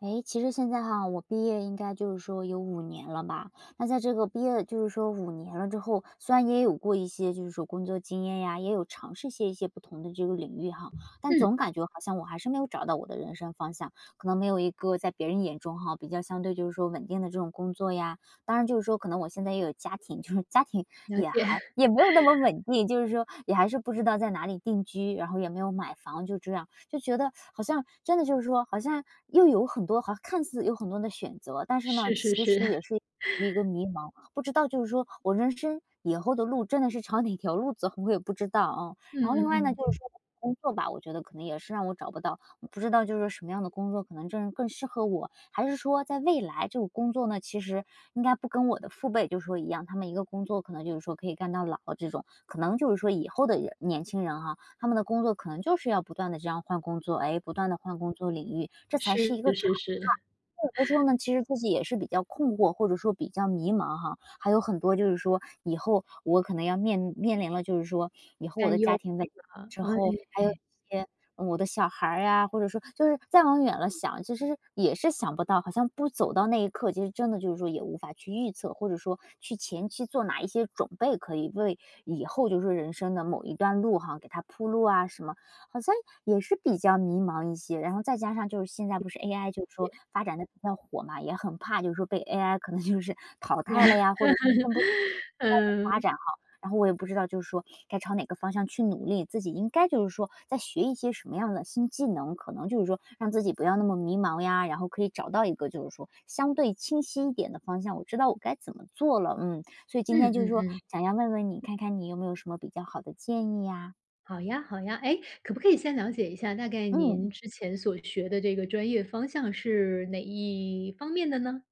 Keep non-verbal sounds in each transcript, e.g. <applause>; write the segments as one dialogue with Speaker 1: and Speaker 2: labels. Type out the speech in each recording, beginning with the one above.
Speaker 1: 诶，其实现在哈，我毕业应该就是说有五年了吧。那在这个毕业就是说五年了之后，虽然也有过一些就是说工作经验呀，也有尝试些一些不同的这个领域哈，但
Speaker 2: 嗯，
Speaker 1: 总感觉好像我还是没有找到我的人生方向，可能没有一个在别人眼中哈，比较相对就是说稳定的这种工作呀。当然就是说可能我现在也有家庭，就是 <laughs> 家庭
Speaker 2: 了
Speaker 1: 也
Speaker 2: 解，
Speaker 1: 还
Speaker 2: <laughs>
Speaker 1: 也没有那么稳定，就是说也还是不知道在哪里定居，然后也没有买房，就这样。就觉得好像真的就是说，好像又有很多好像看似有很多的选择，但是呢，
Speaker 2: 是是
Speaker 1: 其
Speaker 2: 是，
Speaker 1: 实也
Speaker 2: <laughs>
Speaker 1: 是一个迷茫，不知道就是说我人生以后的路真的是朝哪条路走，我也不知道啊。
Speaker 2: 嗯
Speaker 1: 然后另外呢，
Speaker 2: 嗯
Speaker 1: 就
Speaker 2: 嗯，
Speaker 1: 是说工作吧，我觉得可能也是让我找不到，不知道就是说什么样的工作可能真是更适合我，还是说在未来这个工作呢，其实应该不跟我的父辈就是说一样，他们一个工作可能就是说可以干到老这种，可能就是说以后的人年轻人哈、他们的工作可能就是要不断的这样换工作，哎，不断的换工作领域，这才是
Speaker 2: 是
Speaker 1: 一个常
Speaker 2: 是
Speaker 1: 态。
Speaker 2: 是，
Speaker 1: 有的时候呢，其实自己也是比较困惑，或者说比较迷茫哈，还有很多就是说以后我可能要面临了，就是说以后我
Speaker 2: 担
Speaker 1: 的
Speaker 2: 忧
Speaker 1: 家庭问题，
Speaker 2: 啊，
Speaker 1: 之
Speaker 2: 哎，
Speaker 1: 后还有一些嗯我的小孩儿呀，或者说就是再往远了想，其实也是想不到，好像不走到那一刻，其实真的就是说也无法去预测，或者说去前期做哪一些准备，可以为以后就是说人生的某一段路哈，给他铺路啊什么，好像也是比较迷茫一些。然后再加上就是现在不是 AI 就是说
Speaker 2: 也
Speaker 1: 发展的比较火嘛，也很怕就是说被 AI 可能就是淘汰了呀，或者更不
Speaker 2: <laughs> 嗯，
Speaker 1: 发展然后我也不知道就是说该朝哪个方向去努力，自己应该就是说在学一些什么样的新技能，可能就是说让自己不要那么迷茫呀，然后可以找到一个就是说相对清晰一点的方向，我知道我该怎么做了，嗯，所以今
Speaker 2: 嗯
Speaker 1: 天就是
Speaker 2: 嗯
Speaker 1: 说
Speaker 2: 嗯，
Speaker 1: 想要问问你，看看你有没有什么比较好的建议呀？
Speaker 2: 好呀好呀，哎，可不可以先了解一下，大概
Speaker 1: 嗯。
Speaker 2: 您之前所学的这个专业方向是哪一方面的呢？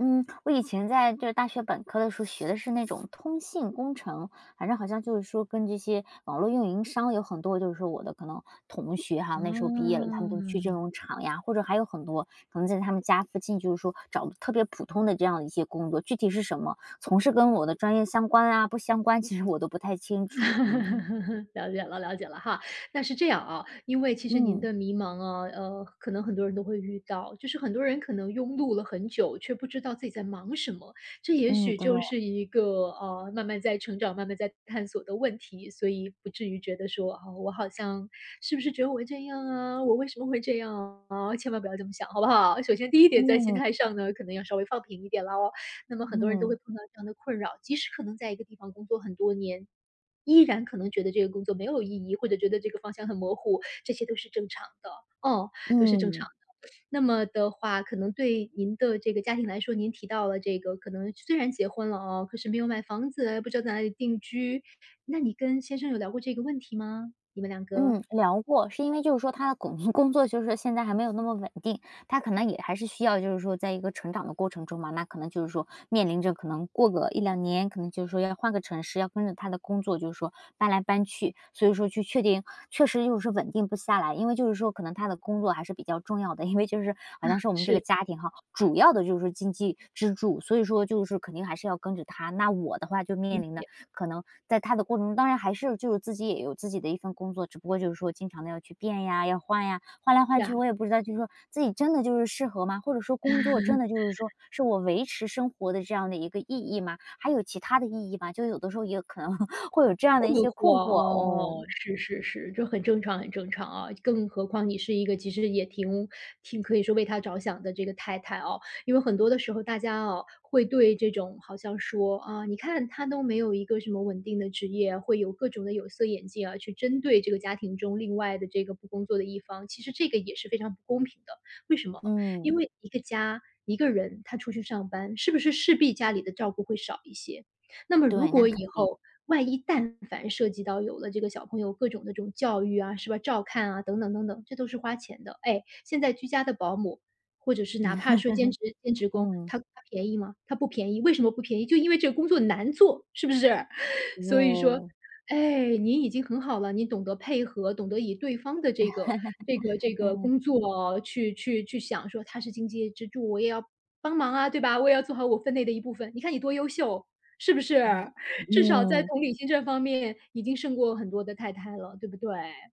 Speaker 1: 嗯，我以前在就是大学本科的时候学的是那种通信工程，反正好像就是说跟这些网络运营商有很多，就是说我的可能同学哈，那时候毕业了，
Speaker 2: 啊。
Speaker 1: 他们都去这种厂呀，或者还有很多可能在他们家附近，就是说找特别普通的这样的一些工作，具体是什么，从事跟我的专业相关啊，不相关，其实我都不太清楚。嗯
Speaker 2: <laughs> 了解了，了解了哈。那是这样啊，因为其实您
Speaker 1: 嗯
Speaker 2: 的迷茫啊，可能很多人都会遇到，就是很多人可能庸碌了很久，却不知道自己在忙什么。这也
Speaker 1: 嗯，
Speaker 2: 许
Speaker 1: 对，
Speaker 2: 就是一个慢慢在成长、慢慢在探索的问题，所以不至于觉得说啊、我好像是不是只有我这样啊？我为什么会这样啊？千万不要这么想，好不好？首先第一点，在心
Speaker 1: 嗯
Speaker 2: 态上呢，可能要稍微放平一点啦哦。那么很多人都会
Speaker 1: 嗯
Speaker 2: 碰到这样的困扰，即使可能在一个地方工作很多年，依然可能觉得这个工作没有意义，或者觉得这个方向很模糊，这些都是正常的，哦，都是正常
Speaker 1: 嗯。
Speaker 2: 的。那么的话，可能对您的这个家庭来说，您提到了这个可能虽然结婚了哦，可是没有买房子，不知道在哪里定居。那你跟先生有聊过这个问题吗？你们两个？
Speaker 1: 嗯，聊过，是因为就是说他的工 <laughs> 工作就是现在还没有那么稳定，他可能也还是需要就是说在一个成长的过程中嘛，那可能就是说面临着可能过个一两年，可能就是说要换个城市，要跟着他的工作就是说搬来搬去，所以说去确定确实就是稳定不下来，因为就是说可能他的工作还是比较重要的，因为就是好像是我们这
Speaker 2: 是，
Speaker 1: 个家庭哈主要的就是经济支柱，所以说就是肯定还是要跟着他。那我的话就面
Speaker 2: 理
Speaker 1: 临的
Speaker 2: 解，
Speaker 1: 可能在他的过程中，当然还是就是自己也有自己的一份工作，只不过就是说经常的要去变呀，要换呀，换来
Speaker 2: 是
Speaker 1: 换
Speaker 2: 啊。
Speaker 1: 去，我也不知道就是说自己真的就是适合吗？或者说工作真的就是说是我维持生活的这样的一个意义吗？还有其他的意义吗？就有的时候也可能 <laughs> 会有这样
Speaker 2: 困
Speaker 1: 的一些
Speaker 2: 惑，
Speaker 1: 困惑
Speaker 2: 哦，
Speaker 1: 哦。
Speaker 2: 是是是，这很正常很正常啊，更何况你是一个其实也挺可以说为他着想的这个太太哦。因为很多的时候大家哦，会对这种好像说，啊，你看他都没有一个什么稳定的职业，会有各种的有色眼镜啊，去针对这个家庭中另外的这个不工作的一方，其实这个也是非常不公平的。为什么？因
Speaker 1: 嗯，
Speaker 2: 为一个家，一个人他出去上班，是不是势必家里的照顾会少一些？那么如
Speaker 1: 对，那
Speaker 2: 果
Speaker 1: 肯
Speaker 2: 以
Speaker 1: 定，
Speaker 2: 后万一但凡涉及到有了这个小朋友各种的这种教育啊，是吧，照看啊，等等等等，这都是花钱的。哎，现在居家的保姆，或者是哪怕说兼职兼职工，
Speaker 1: 嗯，
Speaker 2: 他便宜吗？他不便宜，为什么不便宜？就因为这个工作难做，是不是？<laughs> 所以说，
Speaker 1: 对，
Speaker 2: 哎，您已经很好了，您懂得配合，懂得以对方的这个这个
Speaker 1: 嗯，
Speaker 2: 工作去想，说他是经济支柱，我也要帮忙啊，对吧？我也要做好我分内的一部分。你看你多优秀，是不是？至少在
Speaker 1: 嗯，
Speaker 2: 同理心这方面已经胜过很多的太太了，对不对？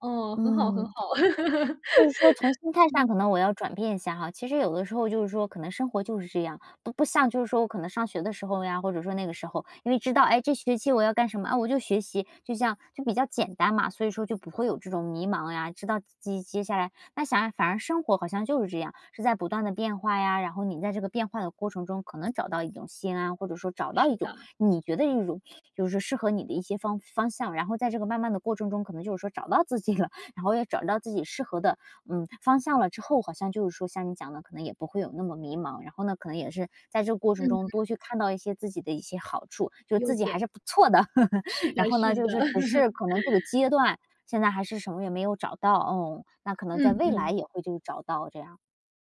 Speaker 2: 哦，很好很
Speaker 1: 嗯。
Speaker 2: 好。<laughs>
Speaker 1: 就是说从心态上
Speaker 2: 嗯，
Speaker 1: 可能我要转变一下哈，其实有的时候就是说可能生活就是这样，不像就是说我可能上学的时候呀，或者说那个时候，因为知道，哎，这学期我要干什么啊，我就学习，就像就比较简单嘛，所以说就不会有这种迷茫呀，知道自己接下来那想反而生活好像就是这样，是在不断的变化呀，然后你在这个变化的过程中，可能找到一种心安，或者说找到
Speaker 2: 是
Speaker 1: 一种
Speaker 2: 的，
Speaker 1: 你觉得一种就是说适合你的一些方向，然后在这个慢慢的过程中，可能就是说找到自己了，然后也找到自己适合的嗯，方向了之后，好像就是说像你讲的，可能也不会有那么迷茫。然后呢，可能也是在这个过程
Speaker 2: 嗯，
Speaker 1: 中多去看到一些自己的一些好处，就是
Speaker 2: 优
Speaker 1: 自己还
Speaker 2: 点，
Speaker 1: 是不错的。
Speaker 2: 是
Speaker 1: <laughs> 然
Speaker 2: 的
Speaker 1: 后呢，
Speaker 2: 是
Speaker 1: 就
Speaker 2: 的。
Speaker 1: 是只
Speaker 2: <laughs>
Speaker 1: 是可能这个阶段现在还是什么也没有找到，哦，那可能
Speaker 2: 嗯
Speaker 1: 在未来
Speaker 2: 嗯，
Speaker 1: 也会就是找到这样。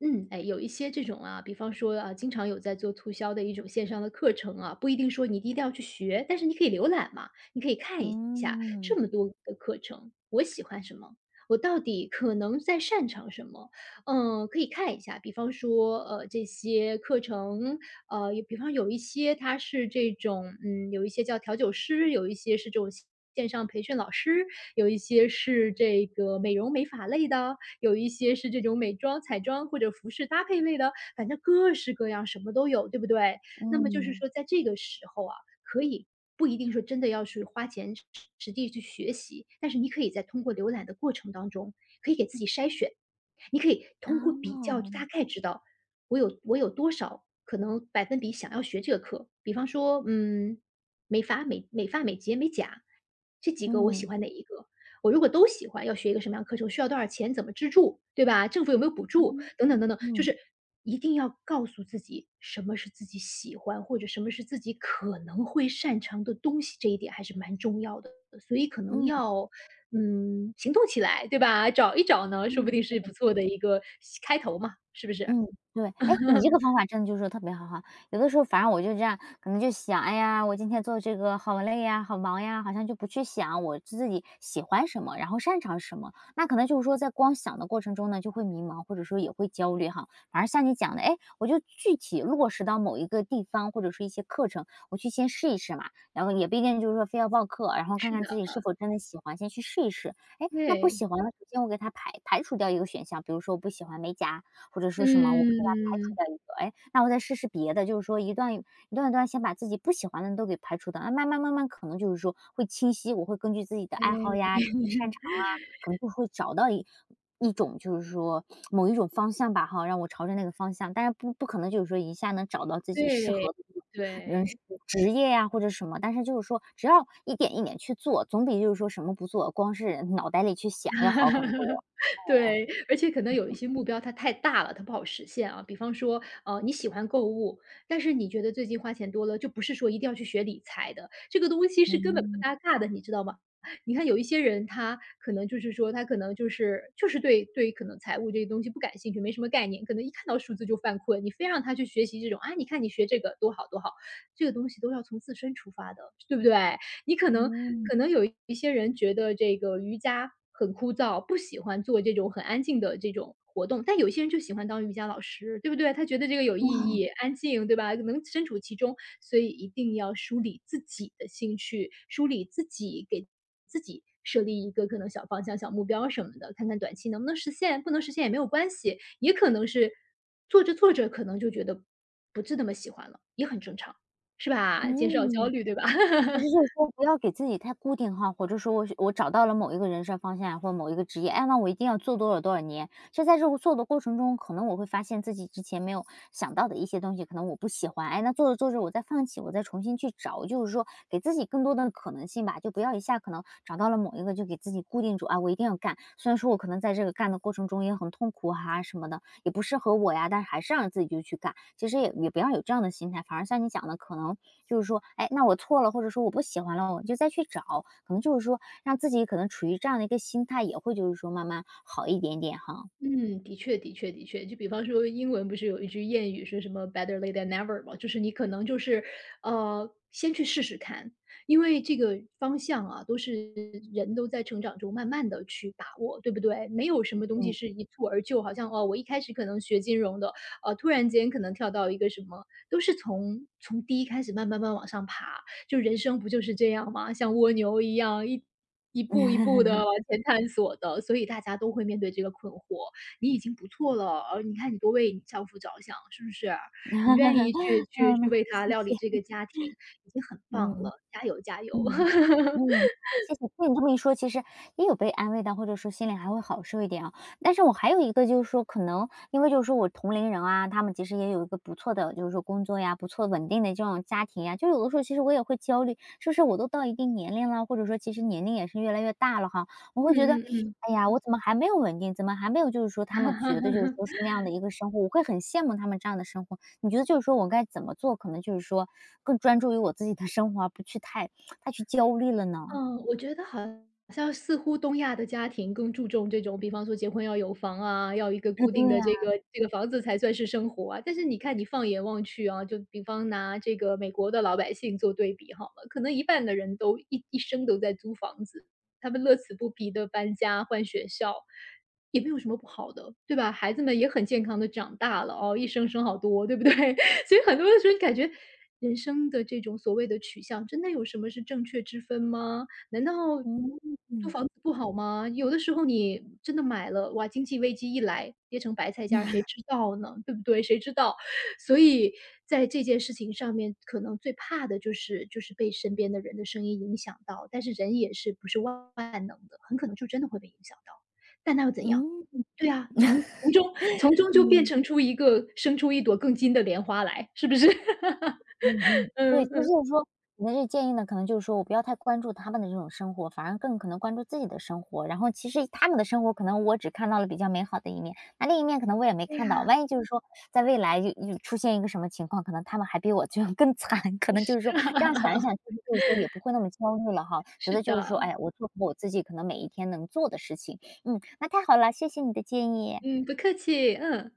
Speaker 2: 嗯，哎，有一些这种啊，比方说啊，经常有在做促销的一种线上的课程啊，不一定说你一定要去学，但是你可以浏览嘛，你可以看一下这
Speaker 1: 嗯
Speaker 2: 么多的课程，我喜欢什么？我到底可能在擅长什么？嗯，可以看一下，比方说，这些课程有比方有一些他是这种，嗯，有一些叫调酒师，有一些是这种线上培训老师，有一些是这个美容美发类的，有一些是这种美妆、彩妆或者服饰搭配类的，反正各式各样，什么都有，对不对？那么就是
Speaker 1: 嗯，
Speaker 2: 说在这个时候啊，可以不一定说真的要去花钱实地去学习，但是你可以在通过浏览的过程当中，可以给自己筛选。你可以通过
Speaker 1: 嗯
Speaker 2: 比较大
Speaker 1: 哦，
Speaker 2: 概知道我有多少可能百分比想要学这个课。比方说，嗯，美发、美发、美睫、美甲，这几个我
Speaker 1: 嗯
Speaker 2: 喜欢哪一个？我如果都喜欢，要学一个什么样的课程？需要多少钱？怎么资助？对吧？政府有没有补助？等等
Speaker 1: 嗯
Speaker 2: 等等，就
Speaker 1: 嗯
Speaker 2: 是一定要告诉自己什么是自己喜欢，或者什么是自己可能会擅长的东西，这一点还是蛮重要的。所以可能
Speaker 1: 嗯嗯，
Speaker 2: 要，嗯，行动起来，对吧？找一找呢，说不
Speaker 1: 嗯
Speaker 2: 定是不错的一个开头嘛，是不是？
Speaker 1: 嗯，对。哎，你这
Speaker 2: <laughs>
Speaker 1: 个方法真的就是说特别好哈。有的时候反正我就这样，可能就想，哎呀，我今天做这个好累呀，好忙呀，好像就不去想我自己喜欢什么，然后擅长什么。那可能就是说在光想的过程中呢，就会迷茫，或者说也会焦虑哈。反而像你讲的，哎，我就具体落实到某一个地方，或者是一些课程，我去先试一试嘛。然后也不一定就是说非要报课，然后看
Speaker 2: 是
Speaker 1: 看自
Speaker 2: 的，
Speaker 1: 己是否真的喜欢，先去试一试。哎，那不
Speaker 2: 对，
Speaker 1: 喜欢了，首先我给它排除掉一个选项，比如说我不喜欢美甲，或者说什么，我可以把它排除
Speaker 2: 嗯，
Speaker 1: 掉一个，哎，那我再试试别的，就是说一段一段一段先把自己不喜欢的都给排除掉，那慢慢慢慢可能就是说会清晰，我会根据自己的
Speaker 2: 哎，
Speaker 1: 爱好呀，自己擅长
Speaker 2: <laughs>
Speaker 1: 啊，可能就会找到一种就是说某一种方向吧哈，让我朝着那个方向，但是不可能就是说一下能找到自己适
Speaker 2: 对，
Speaker 1: 合的人
Speaker 2: 对。
Speaker 1: 生职业呀、或者什么，但是就是说只要一点一点去做，总比就是说什么不做，光是脑袋里去想要好很
Speaker 2: <laughs>
Speaker 1: 多。
Speaker 2: 对，而且可能有一些目标它太大了，它不好实现啊。比方说，你喜欢购物，但是你觉得最近花钱多了，就不是说一定要去学理财的，这个东西是根本不
Speaker 1: 嗯
Speaker 2: 搭嘎的，你知道吗？你看有一些人，他可能就是说，他可能就是可能财务这些东西不感兴趣，没什么概念，可能一看到数字就犯困。你非让他去学习这种啊，你看你学这个多好多好，这个东西都要从自身出发的，对不对？你可能
Speaker 1: 嗯
Speaker 2: 可能有一些人觉得这个瑜伽很枯燥，不喜欢做这种很安静的这种活动，但有些人就喜欢当瑜伽老师，对不对？他觉得这个有意义、安静，对吧？能身处其中，所以一定要梳理自己的兴趣，梳理自己给自己。设立一个可能小方向、小目标什么的，看看短期能不能实现，不能实现也没有关系，也可能是做着做着可能就觉得不是那么喜欢了，也很正常，是吧？减少焦
Speaker 1: 嗯。
Speaker 2: 虑，对吧？
Speaker 1: 其实就
Speaker 2: <laughs>
Speaker 1: 是说不要给自己太固定哈，或者说我是我找到了某一个人生方向或某一个职业，哎，那我一定要做多少多少年。其实在这个做的过程中，可能我会发现自己之前没有想到的一些东西，可能我不喜欢，哎，那做着做着我再放弃，我再重新去找，就是说给自己更多的可能性吧，就不要一下可能找到了某一个就给自己固定住啊，我一定要干。虽然说我可能在这个干的过程中也很痛苦哈、什么的，也不适合我呀，但是还是让自己就去干。其实也不要有这样的心态，反而像你讲的，可能就是说，哎，那我错了，或者说我不喜欢了，我就再去找，可能就是说让自己可能处于这样的一个心态，也会就是说慢慢好一点点哈。
Speaker 2: 嗯，的确的确的确，就比方说英文不是有一句谚语说什么 “better late than never” 嘛，就是你可能就是，先去试试看，因为这个方向啊，都是人都在成长中慢慢的去把握，对不对？没有什么东西
Speaker 1: 嗯
Speaker 2: 是一蹴而就，好像哦，我一开始可能学金融的，突然间可能跳到一个什么，都是从低开始慢慢慢慢往上爬，就人生不就是这样吗？像蜗牛一样，一步一步的往
Speaker 1: <laughs>，
Speaker 2: 前探索的，所以大家都会面对这个困惑。你已经不错了，而你看你多为你丈夫着想，是不是？你愿意去
Speaker 1: 嗯，
Speaker 2: 为他
Speaker 1: 谢
Speaker 2: 料理
Speaker 1: 谢，
Speaker 2: 这个家庭，已经很棒
Speaker 1: 嗯。
Speaker 2: 了，加油加油。
Speaker 1: 嗯，
Speaker 2: <laughs>
Speaker 1: 嗯，好，谢谢。听你这么一说，其实也有被安慰到，或者说心里还会好受一点啊。但是我还有一个就是说，可能因为就是说我同龄人啊，他们其实也有一个不错的，就是说工作呀，不错稳定的这种家庭呀，就有的时候其实我也会焦虑，是不是我都到一定年龄了，或者说其实年龄也是越来越大了哈，我会觉得，
Speaker 2: 嗯嗯嗯。
Speaker 1: 哎呀，我怎么还没有稳定，怎么还没有就是说他们觉得就是
Speaker 2: <laughs>
Speaker 1: 说是那样的一个生活，我会很羡慕他们这样的生活。你觉得就是说我该怎么做，可能就是说更专注于我自己的生活，而不去太他去焦虑了呢？
Speaker 2: 嗯，我觉得好像似乎东亚的家庭更注重这种，比方说结婚要有房啊，要一个
Speaker 1: 啊，
Speaker 2: 固定
Speaker 1: 对
Speaker 2: 的
Speaker 1: 呀，
Speaker 2: 这个房子才算是生活啊。但是你看，你放眼望去啊，就比方拿这个美国的老百姓做对比好了，可能一半的人都一生都在租房子，他们乐此不疲的搬家、换学校，也没有什么不好的，对吧？孩子们也很健康的长大了哦，一生生好多，对不对？所以很多的时候感觉人生的这种所谓的取向，真的有什么是正确之分吗？难道
Speaker 1: 嗯，
Speaker 2: 租房子不好吗？有的时候你真的买了，哇，经济危机一来，跌成白菜价，谁知道呢？对不对？谁知道？所以在这件事情上面，可能最怕的就是被身边的人的声音影响到，但是人也是不是万万能的，很可能就真的会被影响到，但那又怎样？对呀，从中就变
Speaker 1: 嗯
Speaker 2: 成出一个生出一朵更金的莲花来，是不是？<laughs>
Speaker 1: 嗯嗯，对，
Speaker 2: 嗯
Speaker 1: 就是
Speaker 2: 嗯，
Speaker 1: 说你的这建议呢，可能就是说我不要太关注他们的这种生活，反而更可能关注自己的生活。然后其实他们的生活，可能我只看到了比较美好的一面，那另一面可能我也没
Speaker 2: 对呀，
Speaker 1: 看到。万一就是说在未来就出现一个什么情况，可能他们还比我这样 <laughs> 更惨，<laughs> 可能就是说这样想一想，其
Speaker 2: <laughs>
Speaker 1: 实就是说也不会那么焦虑了哈。觉
Speaker 2: 是
Speaker 1: 得就是说，
Speaker 2: 的，
Speaker 1: 哎，我做好我自己可能每一天能做的事情。嗯，那太好了，谢谢你的建议。
Speaker 2: 嗯，不客气，嗯。